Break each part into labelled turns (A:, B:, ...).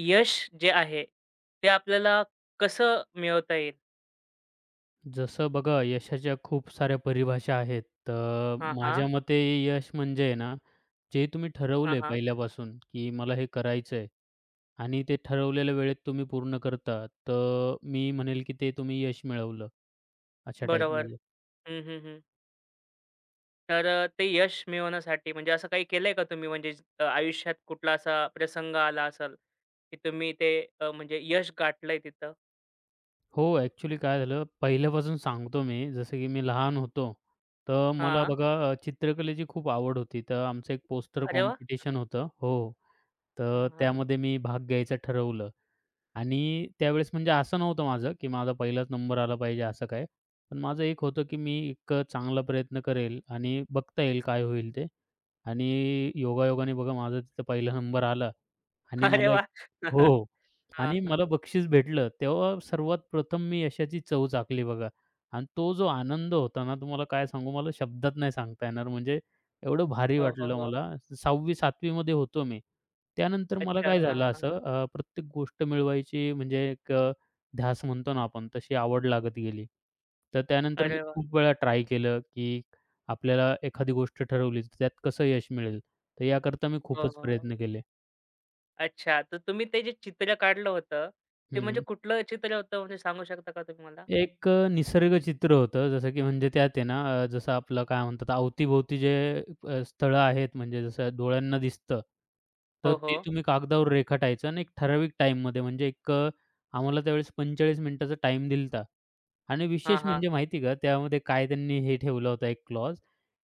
A: यश जे आहे, ते आपल्याला कसं मिळवता येईल?
B: जसं बघा यशाच्या खूप साऱ्या परिभाषा आहेत. तर
A: हां,
B: हं.
A: हां.
B: माझ्या मते यश म्हणजे आहे ना, जे तुम्ही
A: हां,
B: ठरवलंय
A: हां.
B: पहिल्यापासून, की मला हे करायचंय आणि ते ठरवलेल्या वेळेत तुम्ही पूर्ण करता, तर मी म्हणेल की ते तुम्ही यश मिळवलं, अशा
A: बरोबर.
B: टाईपमध्ये.
A: हं, हं, हं. तर ते यश मिळवण्यासाठी म्हणजे असं काही केलंय का तुम्ही म्हणजे आयुष्यात कुठला असा प्रसंग आला असेल, की तुम्ही ते म्हणजे यश गाठलंय तिथं?
B: हो, ॲक्चुअली काय झालं पहिल्यापासून सांगतो मी, जसं की मी लहान होतो, तर मला
A: हां.
B: बघा चित्रकलेची खूप आवड होती. तर आमचं एक पोस्टर
A: अरे वाह!
B: कॉम्पिटिशन होतं. हो,
A: हां,
B: तर
A: हां.
B: त्यामध्ये मी भाग घ्यायचं ठरवलं. आणि त्यावेळेस म्हणजे असं नव्हतं माझं, की माझा पहिलाच नंबर आला पाहिजे असं काय. पण माझं एक होतं, की मी एक चांगला प्रयत्न करेल आणि बघता येईल काय होईल ते. आणि योगायोगाने बघा माझा तिथं पहिला नंबर आला. आणि
A: अरे
B: मला एक
A: वाह!
B: हो. हो.
A: हां,
B: आणि
A: हां.
B: मला बक्षीस भेटलं, तेव्हा सर्वात प्रथम मी यशाची चव चाखली बघा. आणि तो जो आनंद होता ना, तुम्हाला काय सांगू, मला शब्दात नाही सांगता येणार. म्हणजे एवढं भारी
A: हो, हो,
B: वाटलं
A: हो.
B: मला. 6वी-7वी मध्ये होतो मी. त्यानंतर मला
A: अच्छा.
B: काय
A: हां,
B: झालं
A: हां,
B: असं
A: हां.
B: प्रत्येक गोष्ट मिळवायची म्हणजे एक ध्यास म्हणतो ना आपण, तशी आवड लागत गेली. तर त्यानंतर मी
A: अरे वाह!
B: खूप वेळा ट्राय केलं, की आपल्याला एखादी गोष्ट ठरवली, तर त्यात कसं यश मिळेल. तर याकरता मी
A: हो,
B: खूपच
A: हो, हो.
B: प्रयत्न केले.
A: अच्छा. तर तुम्ही ते जे चित्र काढलं होतं, ते म्हणजे
B: हं,
A: कुठलं चित्र होतं म्हणजे सांगू शकता का तुम्ही मला?
B: एक निसर्ग चित्र होतं. जसं की म्हणजे त्यात आहे ना जसं आपलं काय म्हणतात अवती जे स्थळं आहेत म्हणजे जसं डोळ्यांना दिसतं. तर
A: हो, हो.
B: ते तुम्ही कागदावर रेखाटायचं आणि एक ठराविक टाईममध्ये म्हणजे एक आम्हाला त्यावेळेस 45 मिनिटाचा टाईम दिला आणि
A: हां,
B: विशेष
A: हां.
B: म्हणजे माहिती का त्यामध्ये काय त्यांनी हे ठेवलं होतं एक क्लॉज,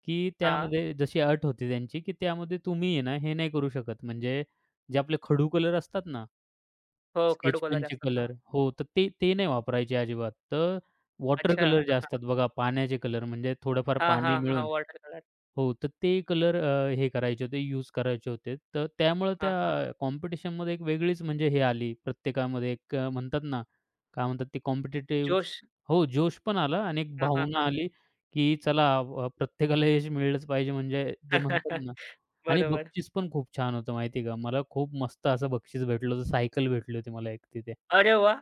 B: की
A: हां.
B: त्यामध्ये जशी अट होती त्यांची, की त्यामध्ये तुम्ही आहे ना हे नाही करू शकत म्हणजे जे आपले खडू कलर असतात ना
A: हो, खडू
B: स्केच
A: कलर
B: पेनचे
A: असतात. हां.
B: कलर. हो, तर ते ते नाही वापरायचे अजिबात. तर वॉटर
A: अच्छा.
B: कलर जे असतात बघा पाण्याचे कलर म्हणजे थोडंफार
A: हां, हां,
B: पाणी
A: हां.
B: मिळून
A: वॉटर कलर.
B: हो, तर ते कलर हे करायचे होते, यूज करायचे होते. तर त्यामुळे
A: हां,
B: त्या
A: हां.
B: कॉम्पिटिशनमध्ये एक वेगळीच म्हणजे हे आली प्रत्येकामध्ये एक म्हणतात ना, काय म्हणतात ते कॉम्पिटिटिव्ह
A: जोश.
B: हो, जोश पण आला आणि एक
A: हां, हां,
B: भावना
A: हां.
B: आली, की चला प्रत्येकाला यश मिळलंच पाहिजे म्हणजे जे म्हणतात ना आणि
A: बरोबर.
B: बक्षीस पण खूप छान होतं माहिती आहे का? मला खूप मस्त असं बक्षीस भेटलं होतं. सायकल भेटली होती मला एक तिथे.
A: अरे वाह!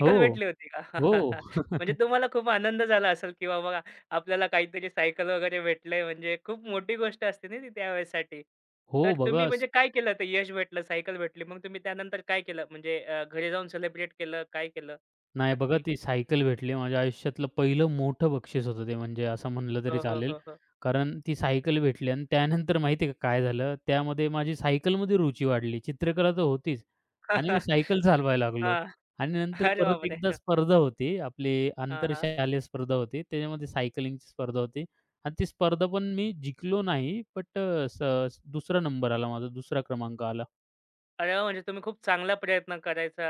B: हो,
A: भेटली होती का?
B: हो.
A: म्हणजे तुम्हाला खूप आनंद झाला असेल, की बाबा आपल्याला काहीतरी सायकल वगैरे भेटलंय म्हणजे खूप मोठी गोष्ट असते ना ती त्यावेळेसाठी.
B: हो,
A: तर तुम्ही
B: बघा
A: म्हणजे काय केलं? तर यश भेटलं, सायकल भेटली. मग तुम्ही त्यानंतर काय केलं? म्हणजे घरी जाऊन सेलिब्रेट केलं? काय केलं?
B: नाही बघा
A: नक्की.
B: ती सायकल भेटली माझ्या आयुष्यातलं पहिलं मोठं बक्षीस होतं ते म्हणजे असं म्हणलं तरी
A: हो, हो,
B: चालेल.
A: हो, हो.
B: कारण ती सायकल भेटली आणि त्यानंतर माहिती आहे का काय झालं? त्यामध्ये माझी सायकलमध्ये रुची वाढली. चित्रकला तर होतीच आणि मी सायकल चालवायला लागलो
A: हां.
B: आणि नंतर
A: अरे
B: परत
A: बापरे!
B: एकदा स्पर्धा होती. आपली
A: हां, हां.
B: आंतरशालेय स्पर्धा होती. त्याच्यामध्ये सायकलिंगची स्पर्धा होती आणि ती स्पर्धा पण मी जिंकलो नाही. बट स दुसरा नंबर आला माझा, दुसरा क्रमांक आला.
A: अरे वाह! म्हणजे तुम्ही खूप चांगला प्रयत्न करायचा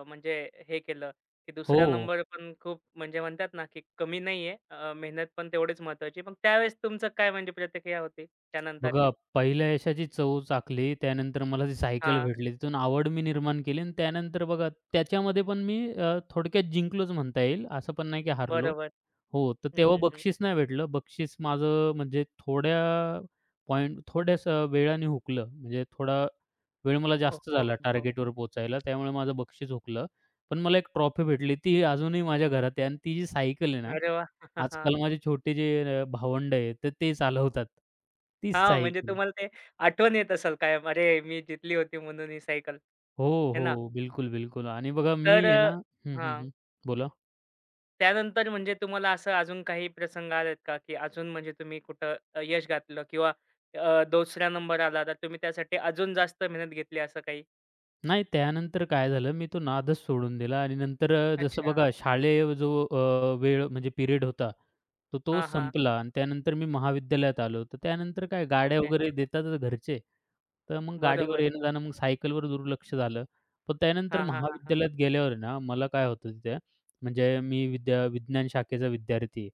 A: म्हणजे हे केलं, की
B: हो.
A: दुसरा नंबर पण खूप म्हणजे म्हणतात ना, की कमी नाहीये. मेहनत पण तेवढीच महत्त्वाची. मग त्यावेळेस तुमचं काय म्हणजे प्रतिक्रिया होती त्यानंतर?
B: बघा, पहिल्या यशाची चव चाखली. त्यानंतर मला ती सायकल
A: हां,
B: भेटली. तिथून आवड मी निर्माण केली आणि त्यानंतर बघा त्याच्यामध्ये पण मी थोडक्यात जिंकलोच म्हणता येईल. असं पण नाही की हारलो.
A: बरोबर.
B: हो, तर
A: हं,
B: तेव्हा
A: हं, हं.
B: बक्षीस नाही भेटलं. बक्षीस माझं म्हणजे थोड्या पॉइंट थोड्याच वेळाने हुकलं. म्हणजे थोडा वेळ मला
A: हो,
B: जास्त
A: हो,
B: झाला
A: हो.
B: टार्गेटवर पोहोचायला. त्यामुळे माझं बक्षीस हुकलं. पण मला एक ट्रॉफी भेटली. ती अजूनही माझ्या घरात आहे आणि ती जी सायकल आहे ना,
A: अरे वाह! हां,
B: आजकाल माझे छोटे जे भावंड आहेत, तर ते चालवतात. तीच
A: म्हणजे
B: सायकल.
A: तुम्हाला ते आठवण येत असेल कायम. अरे, मी जितली होती म्हणून ही सायकल,
B: हो,
A: है ना?
B: हो. बिलकुल, बिलकुल. आणि बघा मी
A: तर
B: आहे ना हं, हं,
A: हां.
B: हं. बोला.
A: त्यानंतर म्हणजे तुम्हाला असं अजून काही प्रसंग आलेत का, की अजून म्हणजे तुम्ही कुठं यश गाठलं किंवा 2रा नंबर आला तर तुम्ही त्यासाठी अजून जास्त मेहनत घेतली असं काही?
B: नाही त्यानंतर काय झालं, मी तो नादच सोडून दिला आणि नंतर जसं
A: अच्छा.
B: बघा शालेय जो वेळ म्हणजे पिरियड होता, तर तो
A: हां, हां.
B: संपला आणि त्यानंतर मी महाविद्यालयात आलो. तर त्यानंतर काय गाड्या
A: ओके.
B: वगैरे देतातच घरचे. तर मग गाडीवर
A: बरोबर.
B: येणं-जाणं, मग सायकलवर दुर्लक्ष झालं. पण त्यानंतर
A: हां, हां, हां, हां.
B: महाविद्यालयात गेल्यावर आहे ना, मला काय होतं तिथे म्हणजे मी विद्या विज्ञान शाखेचा विद्यार्थी आहे.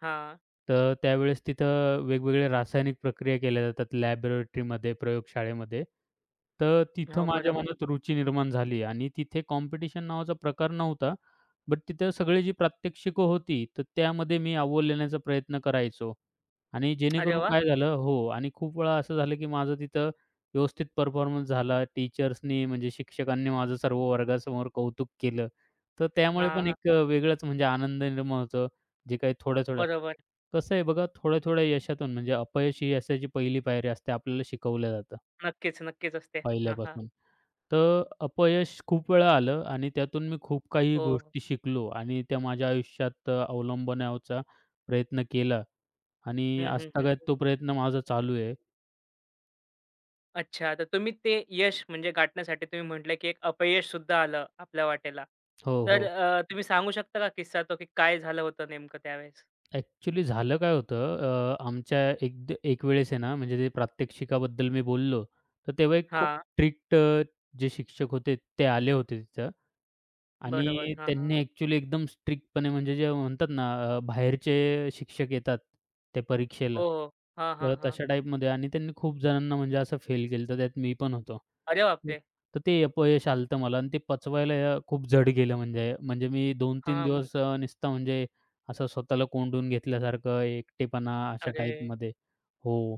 A: हां.
B: तर त्यावेळेस तिथं वेगवेगळ्या रासायनिक प्रक्रिया केल्या जातात लॅबोरेटरीमध्ये, प्रयोगशाळेमध्ये. तर तिथं
A: हो,
B: माझ्या
A: बरोबर.
B: मनात रुची निर्माण झाली आणि तिथे कॉम्पिटिशन नावाचा प्रकार नव्हता. बट तिथं सगळी जी प्रात्यक्षिकं होती, तर त्यामध्ये मी अव्वल येण्याचा प्रयत्न करायचो आणि
A: अरे
B: जेणेकरून
A: वाह!
B: काय झालं हो आणि खूप वेळा असं झालं, की माझं तिथं व्यवस्थित परफॉर्मन्स झाला. टीचर्सनी म्हणजे शिक्षकांनी माझं सर्व वर्गासमोर कौतुक केलं. तर त्यामुळे
A: हां,
B: पण
A: हां.
B: एक म्हणजे आनंद निर्माण होतो. जे काही थोड्या-थोड्या
A: बरोबर.
B: कसं आहे बघा, थोड्या-थोड्या यशातून म्हणजे अपयश ही यशाची पहिली पायरी असते, आपल्याला शिकवलं जातं
A: नक्कीच, नक्कीच असते. हां, हां.
B: पहिल्यापासून. तर अपयश खूप वेळा आलं आणि त्यातून मी खूप काही
A: हो.
B: गोष्टी शिकलो आणि त्या माझ्या आयुष्यात अवलंबण्याचा प्रयत्न केला आणि
A: हं, हं,
B: आजतागत
A: हं.
B: तो प्रयत्न माझा चालू आहे.
A: अच्छा, तर तुम्ही ते यश म्हणजे गाठण्यासाठी तुम्ही म्हटलं, की एक अपयश सुद्धा आलं आपल्या वाटेला.
B: हो,
A: तर
B: हो.
A: तुम्ही सांगू शकता का किस्सा तो, की काय झालं होतं नेमकं त्यावेळेस?
B: ॲक्चुअली झालं काय होतं आमच्या एक वेळेस आहे ना, म्हणजे ते प्रात्यक्षिकाबद्दल मी बोललो, तर तेव्हा एक खूप
A: हां,
B: स्ट्रिक्ट जे शिक्षक होते ते आले होते तिथं
A: बरोबर.
B: आणि
A: हां, हां.
B: त्यांनी ॲक्चुअली एकदम स्ट्रिक्टपणे म्हणजे जे म्हणतात ना बाहेरचे शिक्षक येतात त्या
A: हो,
B: परीक्षेला,
A: हो. हां, हां,
B: तर
A: हां.
B: तशा टाईपमध्ये आणि त्यांनी खूप जणांना म्हणजे असं फेल केलं तर त्यात मी पण होतो.
A: अरे
B: हो.
A: बापरे!
B: तर ते अपयश आलं मला आणि ते पचवायला खूप जड गेलं म्हणजे म्हणजे मी 2-3
A: हां,
B: दिवस नुसता म्हणजे असं स्वतःला कोंडून घेतल्यासारखं एकटेपणा अशा
A: अरे!
B: टाईपमध्ये. हो.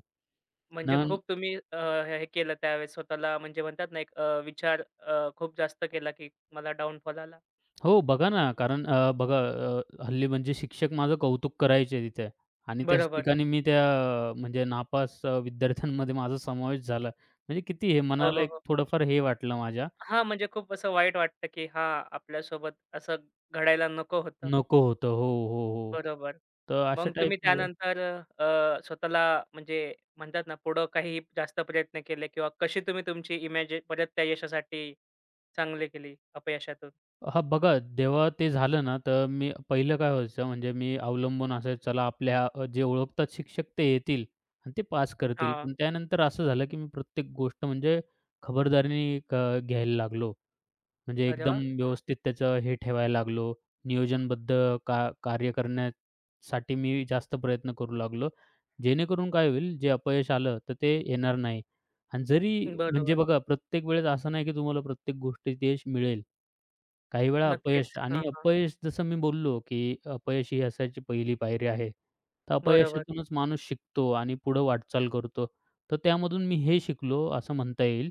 A: म्हणजे
B: ना
A: खूप तुम्ही हे हे केलं त्यावेळेस स्वतःला म्हणजे म्हणतात ना, एक विचार खूप जास्त केला, की मला डाउनफॉल आला.
B: हो, बघा ना, कारण बघा हल्ली म्हणजे शिक्षक माझं कौतुक करायचे तिथे आणि त्याच
A: बरोबर.
B: ठिकाणी मी त्या म्हणजे नापास विद्यार्थ्यांमध्ये माझा समावेश झाला. म्हणजे किती हे
A: हो,
B: मनाला
A: हो,
B: एक
A: हो.
B: थोडंफार हे वाटलं माझ्या.
A: हां, म्हणजे खूप असं वाईट वाटतं, की हां, आपल्यासोबत असं घडायला नको होतं.
B: नको होतं. हो, हो, हो.
A: बरोबर.
B: तर अशा
A: मग तुम्ही
B: टाईपमध्ये
A: त्यानंतर स्वतःला म्हणजे म्हणतात ना, पुढं काही जास्त प्रयत्न केले किंवा कशी तुम्ही तुमची इमेज परत त्या यशासाठी चांगली केली अपयशातून?
B: हां, बघा जेव्हा ते झालं ना, तर मी पहिलं काय व्हायचं म्हणजे मी अवलंबून असायचं चला आपल्या जे ओळखतात शिक्षक ते येतील आणि ते पास करतील.
A: हां.
B: पण त्यानंतर असं झालं, की मी प्रत्येक गोष्ट म्हणजे खबरदारीने घ्यायला लागलो. म्हणजे
A: अरे
B: एकदम
A: वाह! हां.
B: व्यवस्थित त्याचं हे ठेवायला लागलो. नियोजनबद्ध का कार्य करण्यासाठी मी जास्त प्रयत्न करू लागलो. जेणेकरून काय होईल, जे अपयश आलं तर ते येणार नाही. आणि जरी म्हणजे
A: बरोबर.
B: बघा प्रत्येक वेळेस असं नाही, की तुम्हाला प्रत्येक गोष्टीत यश मिळेल. काही वेळा अपयश
A: नक्कीच. हां,
B: आणि
A: हां.
B: अपयश जसं मी बोललो, की अपयश ही यशाची पहिली पायरी आहे. तर
A: बरोबर.
B: अपयशातूनच माणूस शिकतो आणि पुढे वाटचाल करतो. तर त्यामधून मी हे शिकलो असं म्हणता येईल,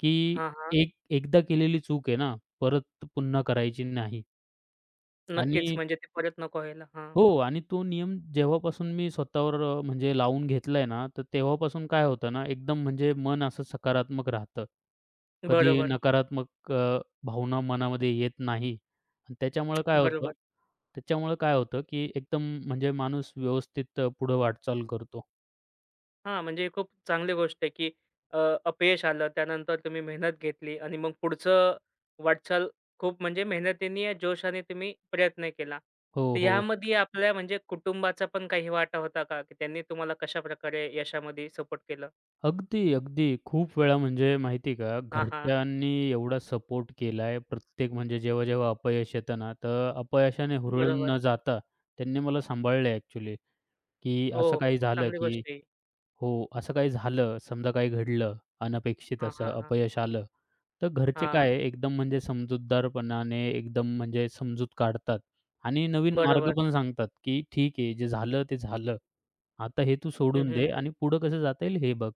B: की
A: हां, हां.
B: एकदा केलेली चूक आहे ना, परत पुन्हा करायची नाही आणि
A: नक्कीच. म्हणजे ते परत नको व्हायला. हां.
B: हो आणि तो नियम जेव्हापासून मी स्वतःवर म्हणजे लावून घेतलाय ना, तर तेव्हापासून काय होतं ना, एकदम म्हणजे मन असं सकारात्मक राहतं. कधी हो.
A: बरोबर,
B: नकारात्मक भावना मनामध्ये येत नाही आणि त्याच्यामुळं काय बरोबर. होतं
A: बरोबर.
B: त्याच्यामुळं काय होतं, की एकदम म्हणजे माणूस व्यवस्थित पुढे वाटचाल करतो.
A: हां, म्हणजे खूप चांगली गोष्ट आहे, की अ, अपयश आलं, त्यानंतर तुम्ही मेहनत घेतली आणि मग पुढचं वाटचाल खूप म्हणजे मेहनतीने या जोशाने तुम्ही प्रयत्न केला.
B: हो,
A: तर
B: हो.
A: ह्यामध्ये आपल्या म्हणजे कुटुंबाचा पण काही वाटा होता का? की त्यांनी तुम्हाला कशाप्रकारे यशामध्ये सपोर्ट केलं?
B: अगदी, अगदी. खूप वेळा म्हणजे माहिती का, हं.
A: हां, हां.
B: घरच्यांनी एवढा सपोर्ट केलाय. प्रत्येक म्हणजे जेव्हा-जेव्हा अपयश येतं ना, तर अपयशाने हुरळून
A: बरोबर.
B: न जाता त्यांनी मला सांभाळलंय ॲक्चुअली, की
A: हो,
B: असं काही
A: खूप
B: झालं,
A: चांगली गोष्ट
B: की
A: आहे.
B: हो, असं काही झालं, समजा काही घडलं, अनपेक्षित
A: हां,
B: असं
A: हां, हां.
B: अपयश आलं, तर घरचे
A: हां.
B: काय आहे, एकदम म्हणजे समजूतदारपणाने एकदम म्हणजे समजूत काढतात आणि नवीन मार्ग
A: बरोबर.
B: पण सांगतात, की "ठीक आहे, जे झालं ते झालं. आता हे तू
A: हं,
B: सोडून
A: हं,
B: दे
A: हं.
B: आणि पुढं कसं जाता येईल हे बघ."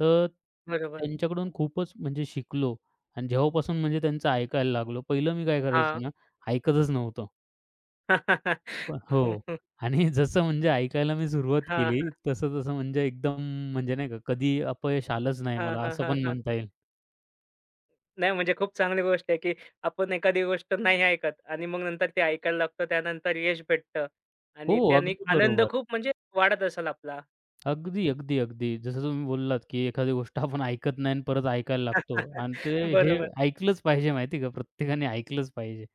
B: तर
A: बरोबर.
B: त्यांच्याकडून खूपच म्हणजे शिकलो आणि जेव्हापासून म्हणजे त्यांचं ऐकायला लागलो. पहिलं मी काय करायचो
A: हां.
B: ना, ऐकतच नव्हतो. पण हो. आणि जसं म्हणजे ऐकायला मी सुरुवात
A: हां,
B: केली, तसं-तसं म्हणजे एकदम म्हणजे नाही का, कधी अपयश आलंच नाही
A: हां,
B: मला
A: हां,
B: असं
A: हां,
B: पण
A: हां.
B: म्हणता येईल.
A: नाही म्हणजे खूप चांगली गोष्ट आहे, की आपण एखादी गोष्ट नाही ऐकत आणि मग नंतर ते ऐकायला लागतं. त्यानंतर यश भेटतं
B: हो,
A: आणि त्याने
B: अगदी
A: आनंद
B: बरोबर.
A: खूप म्हणजे वाढत असेल आपला.
B: अगदी, अगदी, अगदी. जसं तुम्ही बोललात, की एखादी गोष्ट आपण ऐकत नाही आणि परत ऐकायला लागतो आणि ते हे
A: बरोबर,
B: ऐकलंच पाहिजे माहिती आहे का? प्रत्येकाने ऐकलंच पाहिजे.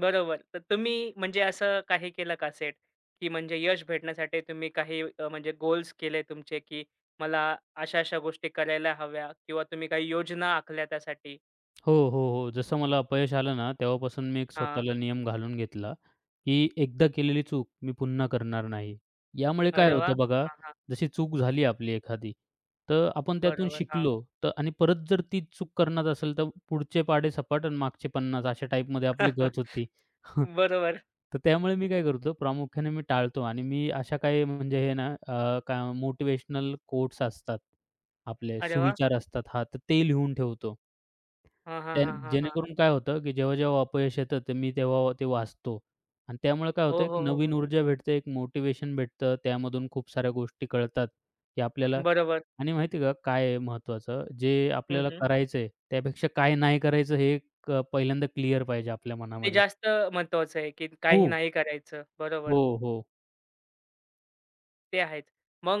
A: बरोबर. तर तुम्ही म्हणजे असं काही केलं का सेट, की म्हणजे यश भेटण्यासाठी तुम्ही काही म्हणजे गोल्स केले तुमचे, की मला अशा-अशा गोष्टी करायला हव्या किंवा तुम्ही काही योजना आखल्या त्यासाठी?
B: हो, हो, हो. जसं मला अपयश आलं ना, तेव्हापासून मी एक
A: हां.
B: स्वतःला नियम घालून घेतला, की एकदा केलेली चूक मी पुन्हा करणार नाही. यामुळे काय
A: अरे वाह!
B: होतं बरोबर. बघा, जशी चूक झाली आपली एखादी, तर आपण त्यातून
A: बरोबर, हां.
B: शिकलो तर आणि परत जर ती चूक करणार असेल, तर पुढचे पाढे सपाट आणि मागचे 50 अशा टाईपमध्ये आपली गत होती.
A: बरोबर.
B: तर त्यामुळे मी काय करतो, प्रामुख्याने मी टाळतो आणि मी अशा काही म्हणजे हे ना काय मोटिव्हेशनल कोट्स असतात, आपले
A: अरे वाह!
B: सुविचार असतात हां, तर ते लिहून ठेवतो.
A: हां, हां,
B: त्या
A: हां, हां, हां.
B: जेणेकरून काय होतं, की जेव्हा-जेव्हा अपयश येतं, तर मी तेव्हा ते वाचतो आणि त्यामुळे काय
A: हो,
B: होतं, एक
A: हो, हो,
B: नवीन
A: हो.
B: ऊर्जा भेटते, एक मोटिवेशन भेटतं. त्यामधून खूप साऱ्या गोष्टी कळतात, की आपल्याला
A: बरोबर.
B: आणि माहिती आहे का काय आहे महत्त्वाचं, जे
A: हं,
B: आपल्याला
A: हं.
B: करायचंय, त्यापेक्षा काय नाही करायचं हे एक पहिल्यांदा क्लिअर पाहिजे आपल्या
A: ते
B: मनामध्ये.
A: जास्त महत्वाचं आहे, की काही
B: खूप.
A: नाही करायचं. बरोबर,
B: हो, हो.
A: ते आहेच. मग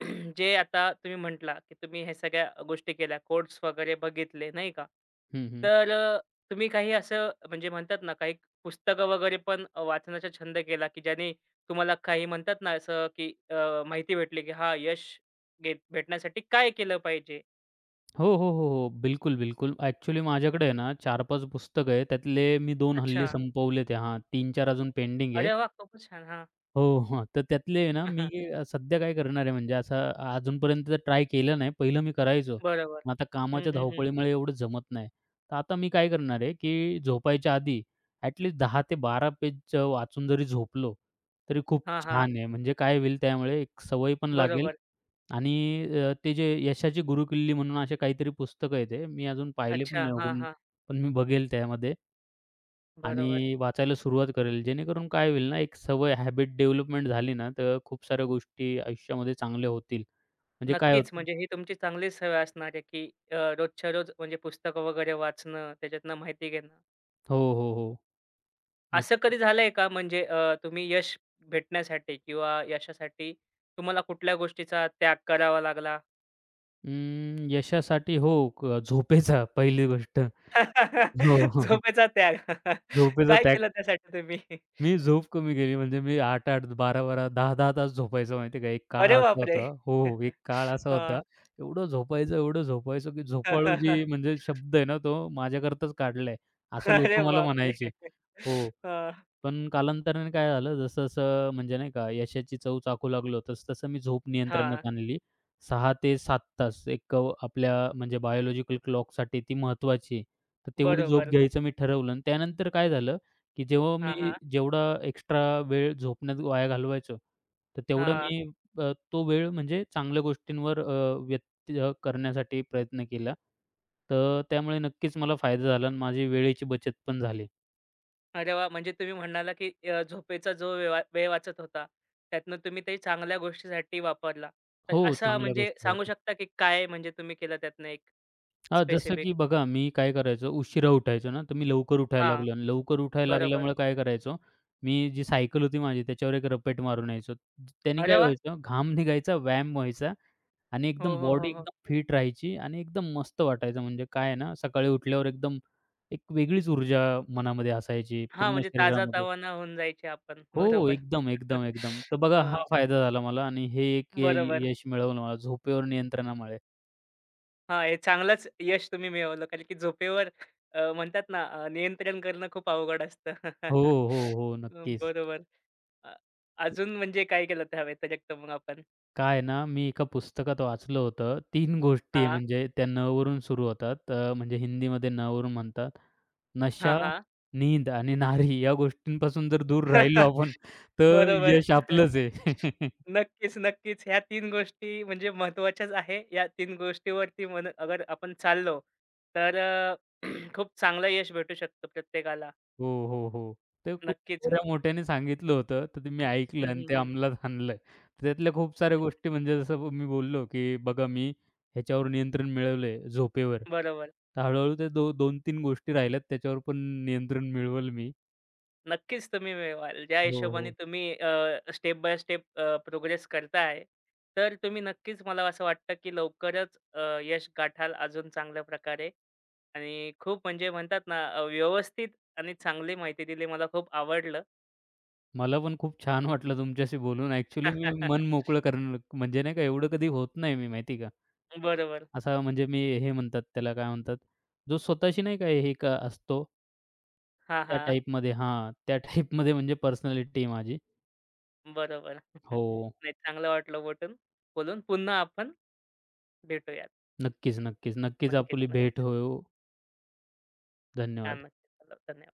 A: जे आता तुम्ही म्हटला, की तुम्ही ह्या सगळ्या गोष्टी केल्या, कोट्स वगैरे बघितले, नाही का?
B: हं, हं.
A: तर तुम्ही काही असं म्हणजे म्हणतात ना, काही पुस्तकं वगैरे पण वाचण्याचा छंद केला, की ज्याने तुम्हाला काही म्हणतात ना, असं की माहिती भेटली, की हां, यश घेत भेटण्यासाठी काय केलं पाहिजे?
B: हो, हो, हो, हो. बिलकुल, बिलकुल. ॲक्चुअली माझ्याकडे आहे ना 4-5 पुस्तकं आहे. त्यातले मी 2 हल्ली
A: अच्छा.
B: संपवलेत आहे. हां, 3-4 अजून पेंडिंग आहे.
A: अरे वाह! खूपच छान. हां.
B: हो, हां. तर त्यातले आहे ना, मी सध्या काय करणार आहे म्हणजे असं अजूनपर्यंत तर ट्राय केलं नाही. पहिलं मी करायचो.
A: बरोबर.
B: मग आता
A: हं,
B: कामाच्या
A: हं, हं.
B: धावपळीमुळे एवढं जमत नाही. तर आता मी काय करणार आहे, की झोपायच्या आधी ॲट लीस्ट ते 12 पेज वाचून जरी झोपलो, तरी खूप
A: हां, हां.
B: छान आहे. म्हणजे काय होईल त्यामुळे एक सवय पण लागेल
A: बरोबर.
B: आणि ते जे यशाची गुरुकिल्ली म्हणून असे काहीतरी पुस्तकं आहे ते. मी अजून पाहिले पण
A: अच्छा.
B: नाही
A: हां,
B: उघडून,
A: हां.
B: पण मी बघेल त्यामध्ये.
A: बरोबर.
B: आणि वाचायला सुरुवात करेल. जेणेकरून काय होईल ना, एक सवय हॅबिट डेव्हलपमेंट झाली ना, तर खूप साऱ्या गोष्टी आयुष्यामध्ये चांगल्या होतील. म्हणजे काय
A: नक्कीच
B: होतं
A: म्हणजे ही तुमची चांगलीच सवय असणार आहे, की रोजच्या रोज म्हणजे पुस्तकं वगैरे वाचणं, त्याच्यातनं माहिती घेणं.
B: हो, हो, हो.
A: असं
B: नक्क
A: कधी झालंय का म्हणजे तुम्ही यश भेटण्यासाठी किंवा यशासाठी तुम्हाला कुठल्या गोष्टीचा त्याग करावा लागला?
B: अं, यशासाठी हो, झोपेचा पहिली गोष्ट. हो, हो, हो.
A: झोपेचा त्याग.
B: झोपेचा
A: काय
B: त्याग.
A: केलं त्यासाठी तुम्ही?
B: मी झोप कमी केली म्हणजे मी 8-8, 12-12, 10-10 तास झोपायचो माहिती आहे का. एक काळ
A: अरे
B: असा
A: बापरे!
B: होता हो, हो, एक काळ असा
A: हां.
B: होता. एवढं झोपायचं, एवढं झोपायचं, की झोपाळू जी म्हणजे शब्द आहे ना, तो माझ्याकरताच काढलाय, असं
A: अरे
B: लोकं मला
A: बापरे!
B: म्हणायचे. हो.
A: अ,
B: पण कालांतराने काय झालं, जसं-जसं म्हणजे नाही का यशाची चव चाखू लागलो, तसं-तसं मी झोप
A: हां,
B: नियंत्रणात आणली. 6 ते 7 तास एक आपल्या म्हणजे बायोलॉजिकल क्लॉकसाठी ती महत्त्वाची आहे. तर तेवढी झोप
A: बरोबर.
B: घ्यायचं मी ठरवलं आणि त्यानंतर काय झालं, की जेव्हा
A: हां,
B: मी
A: हां.
B: जेवढा एक्स्ट्रा वेळ झोपण्यात वाया घालवायचो, तर तेवढा
A: हां.
B: मी तो वेळ म्हणजे चांगल्या गोष्टींवर व्यत्यय करण्यासाठी प्रयत्न केला. तर त्यामुळे नक्कीच मला फायदा झाला आणि माझी वेळेची बचत पण झाली.
A: अरे वाह! म्हणजे तुम्ही म्हणाला, की झोपेचा जो वेळ वाचत होता, त्यातनं तुम्ही ते चांगल्या गोष्टीसाठी वापरला. तर
B: हो,
A: असा
B: चांगल्या
A: म्हणजे सांगू
B: गोष्टीसाठी.
A: शकता, की काय म्हणजे तुम्ही केलं त्यातनं एक
B: हां, जसं
A: स्पेसिफिक?
B: की बघा मी काय करायचो, उशिरा उठायचो ना, तर मी लवकर उठायला
A: हां,
B: लागलो आणि लवकर उठायला
A: बरोबर.
B: लागल्यामुळे काय करायचो, मी जी सायकल होती माझी त्याच्यावर एक रपेट मारून यायचो. त्याने
A: अरे
B: काय
A: वाह!
B: व्हायचं, घाम निघायचा, व्यायाम व्हायचा आणि
A: हो,
B: एकदम
A: हो,
B: बॉडी
A: हो, हो.
B: एकदम फिट राहायची आणि एकदम मस्त वाटायचं. म्हणजे काय आहे ना, सकाळी उठल्यावर एकदम एक वेगळीच ऊर्जा मनामध्ये असायची,
A: हां,
B: पूर्ण
A: म्हणजे
B: शरीरामध्ये.
A: ताजातवाना होऊन जायचे आपण.
B: हो,
A: बरोबर.
B: एकदम, एकदम, एकदम. तर बघा हा
A: हां,
B: फायदा झाला मला आणि हे एक
A: बरोबर.
B: यश मिळवलं मला झोपेवर नियंत्रणामुळे.
A: हां, हे चांगलंच यश तुम्ही मिळवलं. कारण की झोपेवर म्हणतात ना नियंत्रण करणं खूप अवघड असतं.
B: हो, हो, हो. नक्कीच.
A: बरोबर. अ, अजून म्हणजे काय केलं त्या व्यतिरिक्त मग आपण?
B: काय आहे ना, मी एका पुस्तकात वाचलं होतं. 3 गोष्टी आहे
A: हां.
B: म्हणजे त्या न वरून सुरू होतात. म्हणजे हिंदीमध्ये न वरून म्हणतात.
A: हां,
B: नशा,
A: हां.
B: नींद आणि नारी या गोष्टींपासून जर दूर राहिलो आपण, तर
A: बरोबर.
B: यश आपलंच आहे.
A: नक्कीच, नक्कीच. ह्या 3 गोष्टी म्हणजे महत्त्वाच्याच आहे. या 3 गोष्टीवरती अगर आपण चाललो, तर खूप चांगलं यश भेटू शकतं प्रत्येकाला.
B: हो, हो, हो. ते खूप
A: नक्कीच.
B: थोड्या मोठ्याने सांगितलं होतं. तर ते मी
A: हं,
B: ऐकलं आणि
A: हं,
B: ते
A: हं.
B: अंमलात आणलंय. तर त्यातल्या खूप साऱ्या गोष्टी म्हणजे जसं मी बोललो, की बघा मी ह्याच्यावर नियंत्रण मिळवलंय झोपेवर.
A: बरोबर.
B: तर हळू-हळू त्या 2-3 गोष्टी राहिल्यात त्याच्यावर पण नियंत्रण मिळवलं मी.
A: नक्कीच तुम्ही मिळवाल. ज्या
B: हो,
A: हिशोबाने
B: हो.
A: तुम्ही स्टेप बाय स्टेप प्रोग्रेस करताय, तर तुम्ही नक्कीच मला असं वाटतं, की लवकरच यश गाठाल अजून चांगल्या प्रकारे आणि खूप म्हणजे म्हणतात ना व्यवस्थित आणि चांगली माहिती दिली. मला खूप आवडलं.
B: मला पण खूप छान वाटलं तुमच्याशी बोलून. ॲक्चुअली मी मन मोकळं करणं म्हणजे नाही का एवढं कधी होत नाही मी माहिती का.
A: बरोबर.
B: असा म्हणजे मी हे म्हणतात त्याला काय म्हणतात, जो स्वतःशी नाही का हे का असतो.
A: हां,
B: त्या
A: हां.
B: टाईपमध्ये हां, त्या टाईपमध्ये म्हणजे पर्सनॅलिटी माझी.
A: बरोबर.
B: हो.
A: नाही चांगलं वाटलं बोलून. पुन्हा आपण भेटूयात.
B: नक्कीच, नक्कीच. नक्कीच
A: नक्कीच,
B: आपली
A: नक्कीच.
B: भेट होईल.
A: हां,
B: धन्यवाद.
A: नक्कीच. धन्यवाद.